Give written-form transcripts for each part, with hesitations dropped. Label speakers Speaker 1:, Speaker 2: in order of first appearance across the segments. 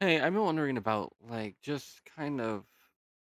Speaker 1: Hey, I'm wondering about like just kind of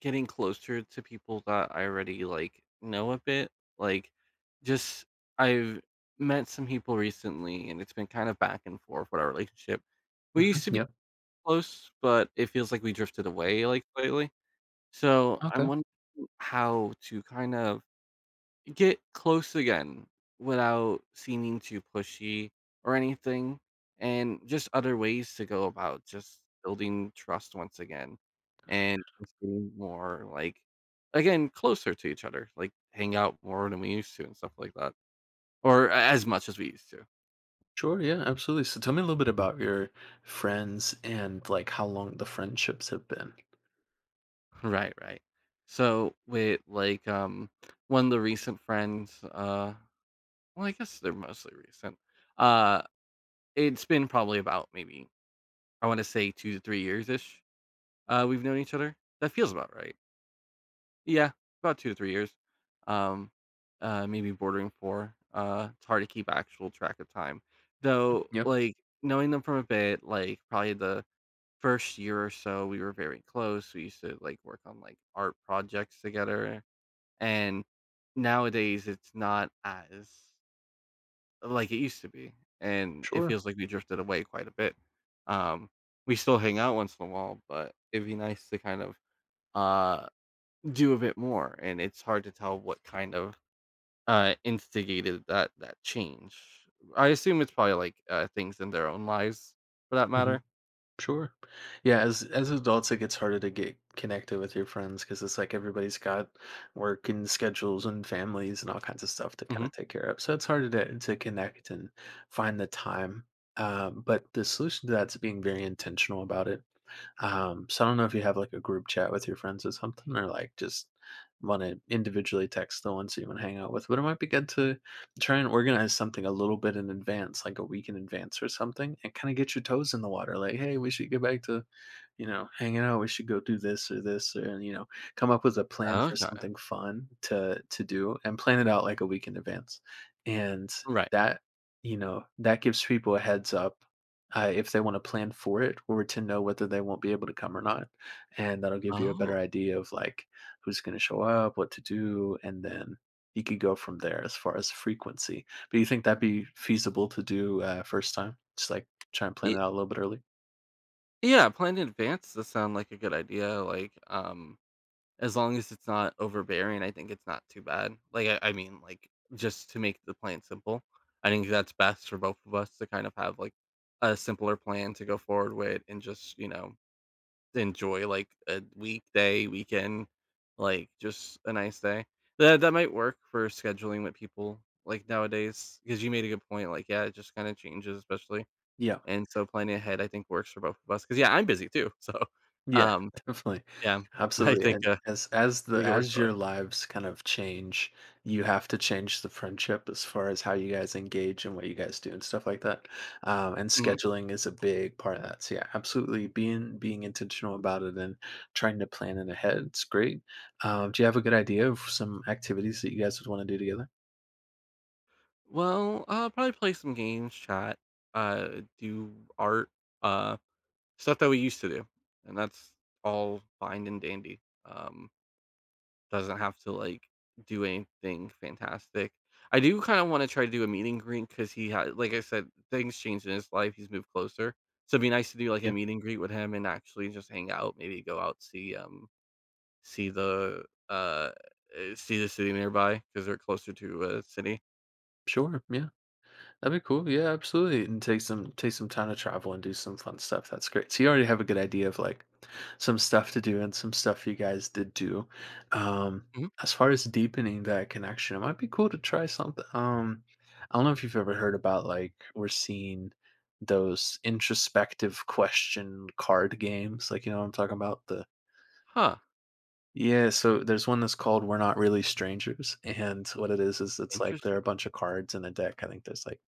Speaker 1: getting closer to people that I already like know a bit. Like just I've met some people recently and it's been kind of back and forth with our relationship. We used
Speaker 2: Mhm,
Speaker 1: to be
Speaker 2: yeah.
Speaker 1: close, but it feels like we drifted away like lately. So I'm
Speaker 2: Okay.
Speaker 1: wondering how to kind of get close again without seeming too pushy or anything, and just other ways to go about just building trust once again and just getting more like again closer to each other, like hang out more than we used to and stuff like that, or as much as we used to.
Speaker 2: Sure, yeah, absolutely. So tell me a little bit about your friends and, like, how long the friendships have been.
Speaker 1: Right, right. So with like one of the recent friends, well, I guess they're mostly recent. uh it's been probably about maybe, I want to say, 2 to 3 years ish. We've known each other. That feels about right. Yeah, about 2 to 3 years. Um, maybe bordering 4. It's hard to keep actual track of time. Though,
Speaker 2: Yep.
Speaker 1: like, knowing them from a bit, like, probably the first year or so, we were very close. We used to, like, work on, like, art projects together. And nowadays, it's not as like it used to be. And it
Speaker 2: Sure.
Speaker 1: feels like we drifted away quite a bit. Um, we still hang out once in a while, but it'd be nice to kind of uh do a bit more. And it's hard to tell what kind of instigated that change. I assume it's probably like things in their own lives, for that
Speaker 2: Mhm.
Speaker 1: matter.
Speaker 2: Sure. Yeah, as adults, it gets harder to get connected with your friends because it's like everybody's got work and schedules and families and all kinds of stuff to kinda
Speaker 1: Hmm.
Speaker 2: take care of. So it's harder to connect and find the time. But the solution to that's being very intentional about it. So I don't know if you have like a group chat with your friends or something, or like just want to individually text the ones that you want to hang out with. But it might be good to try and organize something a little bit in advance, like a week in advance or something, and kind of get your toes in the water. Like, hey, we should get back to, you know, hanging out. We should go do this or this, or you know, come up with a plan for
Speaker 1: Okay.
Speaker 2: something fun to do and plan it out like a week in advance. And
Speaker 1: Right.
Speaker 2: that, you know, that gives people a heads up if they want to plan for it or to know whether they won't be able to come or not. And that'll give you a
Speaker 1: Oh.
Speaker 2: better idea of like who's going to show up, what to do, and then you could go from there as far as frequency. But you think that'd be feasible to do first time? Just like try and plan it
Speaker 1: Y-
Speaker 2: out a little bit early?
Speaker 1: yeah, planned in advance does sound like a good idea. Like, as long as it's not overbearing, I think it's not too bad. I mean, like, just to make the plan simple, I think that's best for both of us, to kind of have like a simpler plan to go forward with. And just, you know, enjoy, like, a weekday, weekend, like, just a nice day. That might work for scheduling with people, like, nowadays. Because you made a good point, like, yeah, it just kinda changes, especially,
Speaker 2: Yeah.
Speaker 1: and so planning ahead, I think, works for both of us. Because yeah, I'm busy too, so,
Speaker 2: Yeah,
Speaker 1: um,
Speaker 2: definitely.
Speaker 1: yeah, I
Speaker 2: Absolutely,
Speaker 1: think,
Speaker 2: and
Speaker 1: uh, I
Speaker 2: as as the
Speaker 1: think it works
Speaker 2: as
Speaker 1: that way.
Speaker 2: your lives kind of change, you have to change the friendship as far as how you guys engage and what you guys do and stuff like that, and
Speaker 1: Mhm.
Speaker 2: scheduling is a big part of that, so yeah, absolutely, being intentional about it and trying to plan it ahead, it's great. Do you have a good idea of some activities that you guys would wanna do together?
Speaker 1: Well, I'll probably play some games, chat, do art, uh, stuff that we used to do, and that's all fine and dandy. um Doesn't have to, like, do anything fantastic. I do kinda wanna try to do a meet and greet, because he had, like I said, things changed in his life, he's moved closer. So it'd be nice to do, like, a
Speaker 2: Yeah,
Speaker 1: meet and greet with him and actually just hang out, maybe go out, see, see the, uh, see the city nearby, because 'cause they're closer to a city.
Speaker 2: sure, yeah. That'd be cool. Yeah, absolutely. And take some time to travel and do some fun stuff. That's great. So you already have a good idea of like some stuff to do and some stuff you guys did do. Um,
Speaker 1: Mhm.
Speaker 2: as far as deepening that connection, it might be cool to try something. I don't know if you've ever heard about like we're seeing those introspective question card games. Like you know what I'm talking about? The
Speaker 1: Huh,
Speaker 2: yeah, so there's one that's called We're Not Really Strangers. And what it is it's like there are a
Speaker 1: interesting.
Speaker 2: bunch of cards in a deck. I think there's like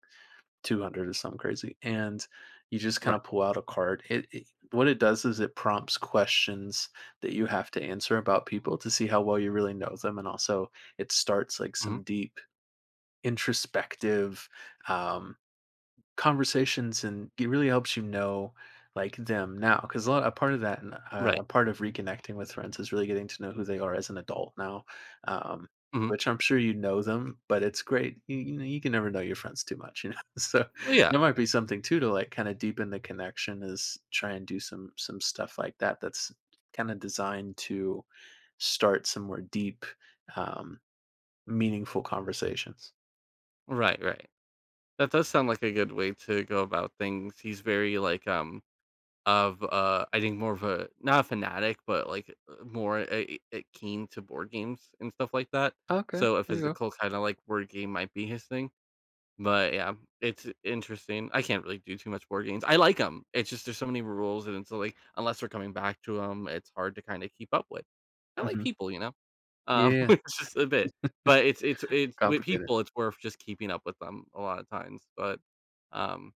Speaker 2: 200 or something crazy, and you just kinda
Speaker 1: Right.
Speaker 2: pull out a card. It, what it does is it prompts questions that you have to answer about people to see how well you really know them, and also it starts, like,
Speaker 1: Mhm.
Speaker 2: some deep introspective, um, conversations, and it really helps you know, like, them now, because a part of that and, a
Speaker 1: Right.
Speaker 2: part of reconnecting with friends is really getting to know who they are as an adult now, um,
Speaker 1: Mhm.
Speaker 2: which I'm sure you know them, but it's great. You know, you can never know your friends too much, you know? So, that
Speaker 1: Yeah.
Speaker 2: might be something too to, like, kinda deepen the connection is try and do some stuff like that that's kinda designed to start some more deep, um, meaningful conversations.
Speaker 1: Right, right. That does sound like a good way to go about things. He's very, like, of I think more of a, not a fanatic, but like more a keen to board games and stuff like that.
Speaker 2: Okay,
Speaker 1: So a
Speaker 2: there you go.
Speaker 1: physical kind of like board game might be his thing. But yeah, it's interesting, I can't really do too much board games. I like them, it's just there's so many rules, and it's like unless we're coming back to them, it's hard to kind of keep up with. I like
Speaker 2: Mhm.
Speaker 1: people, you know.
Speaker 2: Yeah,
Speaker 1: It's just a bit, but it's it's with
Speaker 2: complicated.
Speaker 1: people, it's worth just keeping up with them a lot of times. But um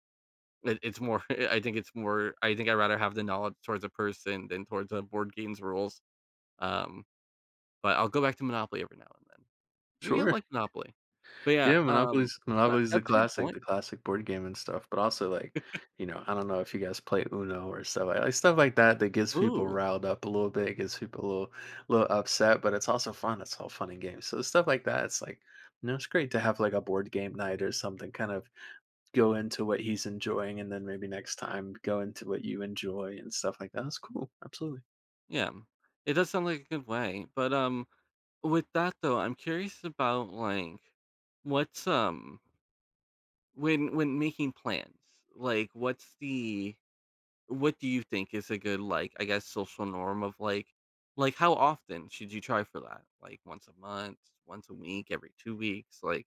Speaker 1: it's more, I think it's more, I think I'd rather have the knowledge towards a person than towards a board game's rules. Um, but I'll go back to Monopoly every now and then. Maybe I'll
Speaker 2: Sure.
Speaker 1: like Monopoly. But yeah,
Speaker 2: Yeah, Monopoly's
Speaker 1: that
Speaker 2: Monopoly's
Speaker 1: that's a good point.
Speaker 2: the classic board game and stuff, but also, like, you know, I don't know if you guys play Uno or stuff like, stuff like that that gets people
Speaker 1: Ooh,
Speaker 2: riled up a little bit, gets people a little upset, but it's also fun, it's all fun and games. So, stuff like that, it's like, you know, it's great to have, like, a board game night or something, kind of go into what he's enjoying, and then maybe next time go into what you enjoy and stuff like that. That's cool, absolutely.
Speaker 1: yeah. It does sound like a good way. But, with that though, I'm curious about, like, what's, when making plans, like, what's the, what do you think is a good, like, I guess, social norm of, like, how often should you try for that? Like, once a month, once a week, every 2 weeks? Like,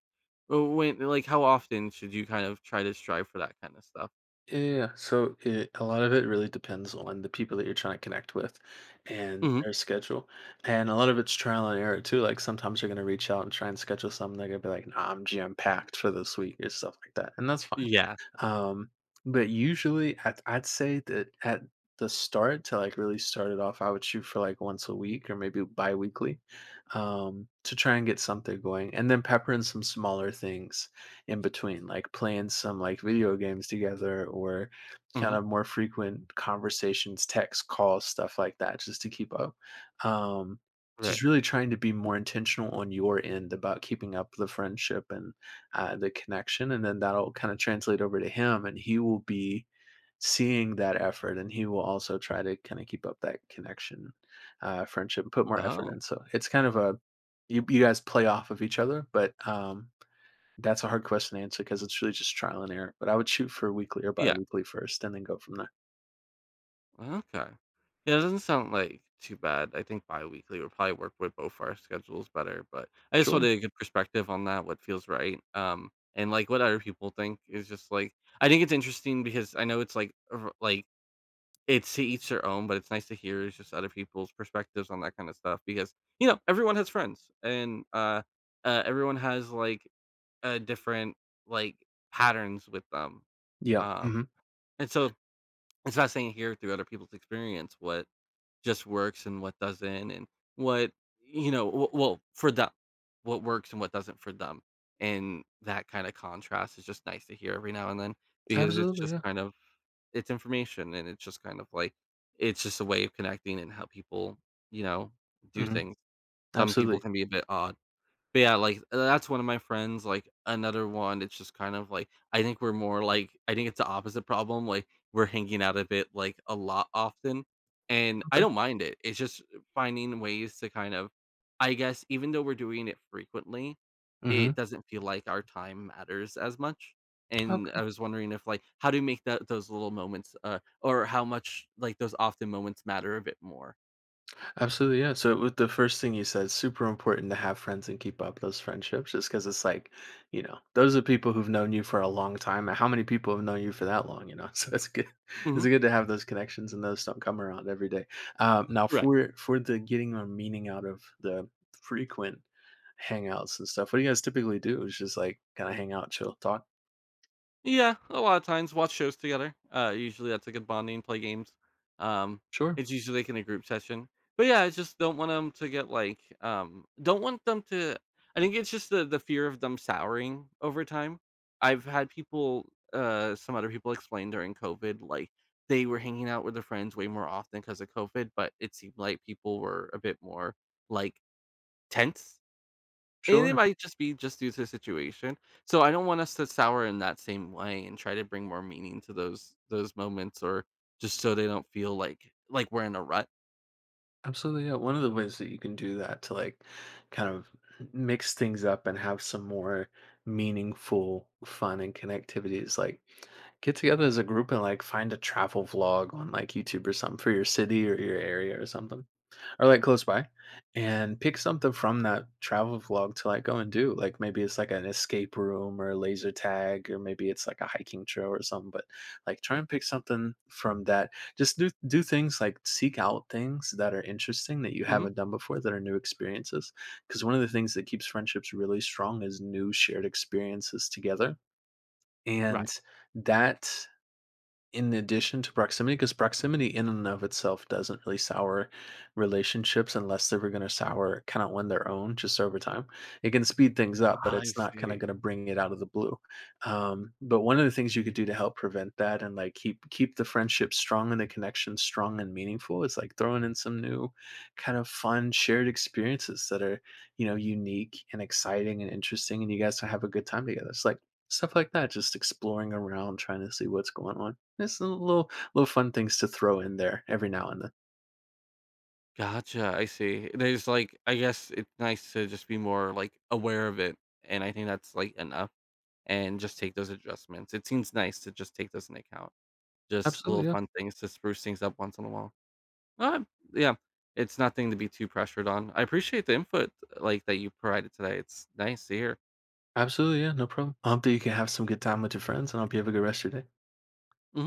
Speaker 1: w when, like, how often should you kind of try to strive for that kinda stuff?
Speaker 2: Yeah. So it, a lot of it really depends on the people that you're trying to connect with and
Speaker 1: Mhm.
Speaker 2: their schedule. And a lot of it's trial and error too. Like sometimes you're going to reach out and try and schedule something. They're going to be like, nah, I'm jam packed for this week or stuff like that. And that's fine.
Speaker 1: Yeah.
Speaker 2: Um, but usually, I'd say that at the start to like really start it off, I would shoot for like once a week or maybe bi-weekly to try and get something going, and then pepper in some smaller things in between, like playing some like video games together or kind
Speaker 1: Mhm.
Speaker 2: of more frequent conversations, text calls, stuff like that, just to keep up. Um, just
Speaker 1: Right.
Speaker 2: really trying to be more intentional on your end about keeping up the friendship and the connection, and then that'll kind of translate over to him, and he will be seeing that effort, and he will also try to kind of keep up that connection, friendship, put more effort
Speaker 1: Oh,
Speaker 2: in. So it's kind of a, you guys play off of each other, but that's a hard question to answer because it's really just trial and error. But I would shoot for weekly or
Speaker 1: yeah.
Speaker 2: biweekly first, and then go from there.
Speaker 1: Okay. Yeah, it doesn't sound like too bad. I think biweekly would probably work with both our schedules better, but I just
Speaker 2: Sure.
Speaker 1: wanted a good perspective on that, what feels right. And like what other people think is just like, I think it's interesting because I know it's like like it's to each their own, but it's nice to hear is just other people's perspectives on that kind of stuff. Because you know, everyone has friends, and everyone has like different like patterns with them.
Speaker 2: Yeah.
Speaker 1: Um, and so it's fascinating to hear through other people's experience what just works and what doesn't, and what, you know, well, for them, what works and what doesn't for them. And that kind of contrast is just nice to hear every now and then, because it's
Speaker 2: Absolutely.
Speaker 1: just
Speaker 2: Yeah.
Speaker 1: kind of, it's information, and it's just kind of like, it's just a way of connecting and how people, you know, do
Speaker 2: hmm
Speaker 1: things. Some people
Speaker 2: Absolutely.
Speaker 1: can be a bit odd, but yeah, like, that's one of my friends, like, another one, it's just kind of like, I think we're more like, I think it's the opposite problem, like, we're hanging out a bit, like, a lot often, and I
Speaker 2: Okay.
Speaker 1: don't mind it, it's just finding ways to kind of, I guess even though we're doing it frequently,
Speaker 2: hmm
Speaker 1: it doesn't feel like our time matters as much. And I was wondering if, like, how do you make that, those little moments, or how much, like, those often moments matter a bit more?
Speaker 2: Absolutely, yeah. So with the first thing you said, super important to have friends and keep up those friendships just because it's like, you know, those are people who've known you for a long time. And how many people have known you for that long, you know? So it's good. It's
Speaker 1: Mhm.
Speaker 2: good to have those connections and those don't come around every day. Now
Speaker 1: Right.
Speaker 2: for the getting a meaning out of the frequent hangouts and stuff, what do you guys typically do? Is just like kind of hang out, chill, talk?
Speaker 1: Yeah, a lot of times watch shows together. Usually that's a good bonding, play games. Um,
Speaker 2: Sure,
Speaker 1: it's usually like in a group session. But yeah, I just don't want them to get like, don't want them to, I think it's just the fear of them souring over time. I've had people, some other people explain, during COVID, like, they were hanging out with their friends way more often because of COVID, but it seemed like people were a bit more like tense, and it
Speaker 2: sure.
Speaker 1: might just be just due to the situation. So I don't want us to sour in that same way, and try to bring more meaning to those moments, or just so they don't feel like we're in a rut.
Speaker 2: Absolutely, yeah. One of the ways that you can do that to like kind of mix things up and have some more meaningful fun and connectivity is like get together as a group and like find a travel vlog on like YouTube or something for your city or your area or something or like close by and pick something from that travel vlog to like go and do, like maybe it's like an escape room or a laser tag or maybe it's like a hiking trail or something, but like try and pick something from that, just do things like seek out things that are interesting that you
Speaker 1: Mhm.
Speaker 2: haven't done before that are new experiences because one of the things that keeps friendships really strong is new shared experiences together,
Speaker 1: Right.
Speaker 2: and that in addition to proximity, because proximity in and of itself doesn't really sour relationships unless they were gonna sour kind of on their own just over time. It can speed things up, but
Speaker 1: I
Speaker 2: it's not kinda
Speaker 1: see.
Speaker 2: gonna bring it out of the blue. But one of the things you could do to help prevent that and, like, keep the friendship strong and the connection strong and meaningful is, like, throwing in some new kind of fun shared experiences that are, you know, unique and exciting and interesting, and you guys will have a good time together. It's like stuff like that, just exploring around, trying to see what's going on. It's a little fun things to throw in there every now and then.
Speaker 1: Gotcha. I see. There's like, I guess it's nice to just be more like aware of it. And I think that's like enough. And just take those adjustments. It seems nice to just take those into account. Just little
Speaker 2: Absolutely, yeah.
Speaker 1: fun things to spruce things up once in a while. Um, yeah, it's nothing to be too pressured on. I appreciate the input like that you provided today. It's nice to hear.
Speaker 2: Absolutely, yeah, no problem. I hope that you can have some good time with your friends, and I hope you have a good rest of your day.